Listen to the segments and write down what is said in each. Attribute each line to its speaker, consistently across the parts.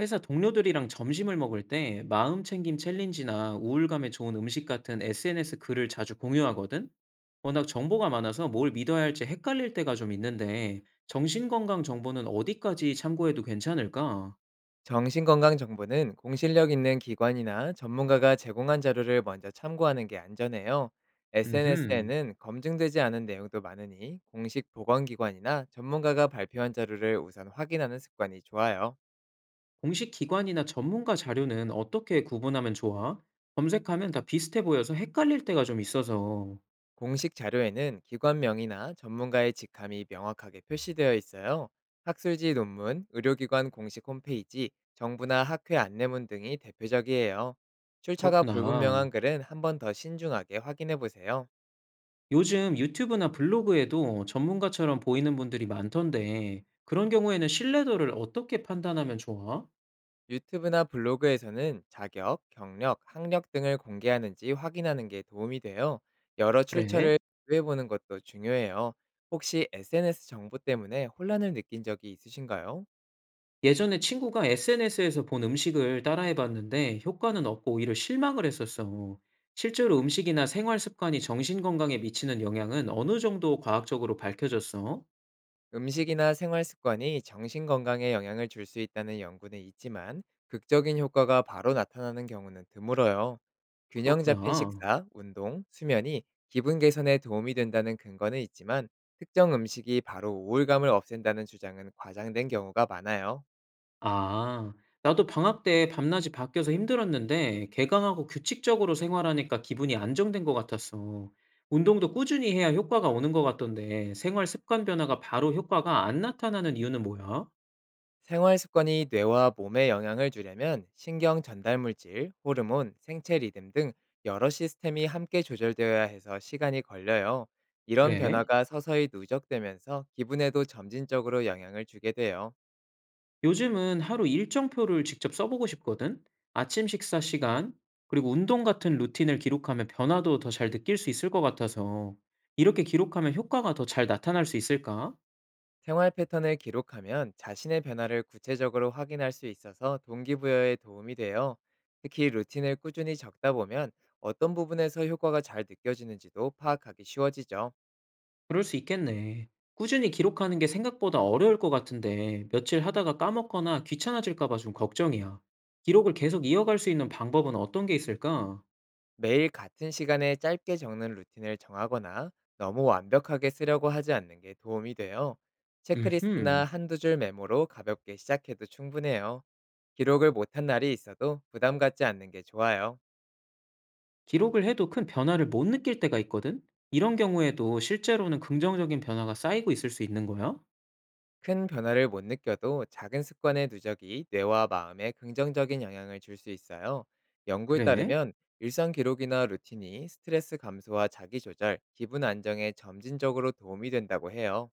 Speaker 1: 회사 동료들이랑 점심을 먹을 때 마음 챙김 챌린지나 우울감에 좋은 음식 같은 SNS 글을 자주 공유하거든? 워낙 정보가 많아서 뭘 믿어야 할지 헷갈릴 때가 좀 있는데, 정신건강 정보는 어디까지 참고해도 괜찮을까?
Speaker 2: 정신건강정보는 공신력 있는 기관이나 전문가가 제공한 자료를 먼저 참고하는 게 안전해요.
Speaker 1: 음흠.
Speaker 2: SNS에는 검증되지 않은 내용도 많으니 공식 보건기관이나 전문가가 발표한 자료를 우선 확인하는 습관이 좋아요.
Speaker 1: 공식 기관이나 전문가 자료는 어떻게 구분하면 좋아? 검색하면 다 비슷해 보여서 헷갈릴 때가 좀 있어서.
Speaker 2: 공식 자료에는 기관명이나 전문가의 직함이 명확하게 표시되어 있어요. 학술지 논문, 의료기관 공식 홈페이지, 정부나 학회 안내문 등이 대표적이에요. 출처가 불분명한
Speaker 1: 그렇구나.
Speaker 2: 글은 한 번 더 신중하게 확인해 보세요.
Speaker 1: 요즘 유튜브나 블로그에도 전문가처럼 보이는 분들이 많던데, 그런 경우에는 신뢰도를 어떻게 판단하면 좋아?
Speaker 2: 유튜브나 블로그에서는 자격, 경력, 학력 등을 공개하는지 확인하는 게 도움이 돼요. 여러 출처를
Speaker 1: 그래.
Speaker 2: 비교해보는 것도 중요해요. 혹시 SNS 정보 때문에 혼란을 느낀 적이 있으신가요?
Speaker 1: 예전에 친구가 SNS에서 본 음식을 따라해봤는데 효과는 없고 오히려 실망을 했었어. 실제로 음식이나 생활 습관이 정신 건강에 미치는 영향은 어느 정도 과학적으로 밝혀졌어?
Speaker 2: 음식이나 생활 습관이 정신 건강에 영향을 줄 수 있다는 연구는 있지만 극적인 효과가 바로 나타나는 경우는 드물어요. 균형 잡힌
Speaker 1: 그렇구나.
Speaker 2: 식사, 운동, 수면이 기분 개선에 도움이 된다는 근거는 있지만 특정 음식이 바로 우울감을 없앤다는 주장은 과장된 경우가 많아요.
Speaker 1: 아. 나도 방학 때 밤낮이 바뀌어서 힘들었는데 개강하고 규칙적으로 생활하니까 기분이 안정된 것 같았어. 운동도 꾸준히 해야 효과가 오는 것 같던데 생활 습관 변화가 바로 효과가 안 나타나는 이유는 뭐야?
Speaker 2: 생활 습관이 뇌와 몸에 영향을 주려면 신경 전달 물질, 호르몬, 생체 리듬 등 여러 시스템이 함께 조절되어야 해서 시간이 걸려요. 이런
Speaker 1: 그래?
Speaker 2: 변화가 서서히 누적되면서 기분에도 점진적으로 영향을 주게 돼요.
Speaker 1: 요즘은 하루 일정표를 직접 써보고 싶거든? 아침 식사 시간, 그리고 운동 같은 루틴을 기록하면 변화도 더 잘 느낄 수 있을 것 같아서 이렇게 기록하면 효과가 더 잘 나타날 수 있을까?
Speaker 2: 생활 패턴을 기록하면 자신의 변화를 구체적으로 확인할 수 있어서 동기부여에 도움이 돼요. 특히 루틴을 꾸준히 적다 보면 어떤 부분에서 효과가 잘 느껴지는지도 파악하기 쉬워지죠.
Speaker 1: 그럴 수 있겠네. 꾸준히 기록하는 게 생각보다 어려울 것 같은데 며칠 하다가 까먹거나 귀찮아질까 봐 좀 걱정이야. 기록을 계속 이어갈 수 있는 방법은 어떤 게 있을까?
Speaker 2: 매일 같은 시간에 짧게 적는 루틴을 정하거나 너무 완벽하게 쓰려고 하지 않는 게 도움이 돼요.
Speaker 1: 음흠.
Speaker 2: 체크리스트나 한두 줄 메모로 가볍게 시작해도 충분해요. 기록을 못한 날이 있어도 부담 갖지 않는 게 좋아요.
Speaker 1: 기록을 해도 큰 변화를 못 느낄 때가 있거든? 이런 경우에도 실제로는 긍정적인 변화가 쌓이고 있을 수 있는 거야?
Speaker 2: 큰 변화를 못 느껴도 작은 습관의 누적이 뇌와 마음에 긍정적인 영향을 줄 수 있어요. 연구에
Speaker 1: 그래?
Speaker 2: 따르면 일상 기록이나 루틴이 스트레스 감소와 자기 조절, 기분 안정에 점진적으로 도움이 된다고 해요.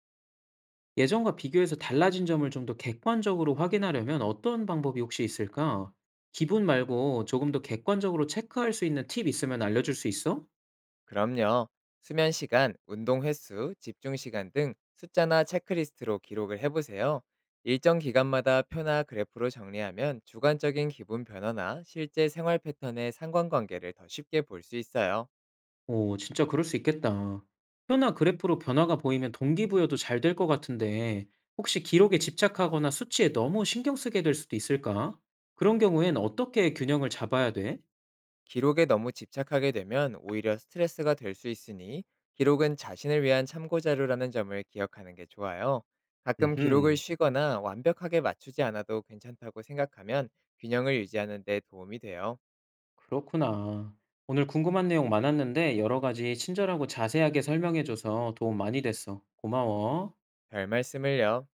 Speaker 1: 예전과 비교해서 달라진 점을 좀 더 객관적으로 확인하려면 어떤 방법이 혹시 있을까? 기분 말고 조금 더 객관적으로 체크할 수 있는 팁 있으면 알려줄 수 있어?
Speaker 2: 그럼요. 수면 시간, 운동 횟수, 집중 시간 등 숫자나 체크리스트로 기록을 해보세요. 일정 기간마다 표나 그래프로 정리하면 주관적인 기분 변화나 실제 생활 패턴의 상관관계를 더 쉽게 볼 수 있어요.
Speaker 1: 오, 진짜 그럴 수 있겠다. 표나 그래프로 변화가 보이면 동기부여도 잘 될 것 같은데, 혹시 기록에 집착하거나 수치에 너무 신경 쓰게 될 수도 있을까? 그런 경우엔 어떻게 균형을 잡아야 돼?
Speaker 2: 기록에 너무 집착하게 되면 오히려 스트레스가 될 수 있으니 기록은 자신을 위한 참고 자료라는 점을 기억하는 게 좋아요. 가끔 기록을
Speaker 1: 음,
Speaker 2: 쉬거나 완벽하게 맞추지 않아도 괜찮다고 생각하면 균형을 유지하는 데 도움이 돼요.
Speaker 1: 그렇구나. 오늘 궁금한 내용 많았는데, 여러 가지 친절하고 자세하게 설명해줘서 도움 많이 됐어. 고마워.
Speaker 2: 별 말씀을요.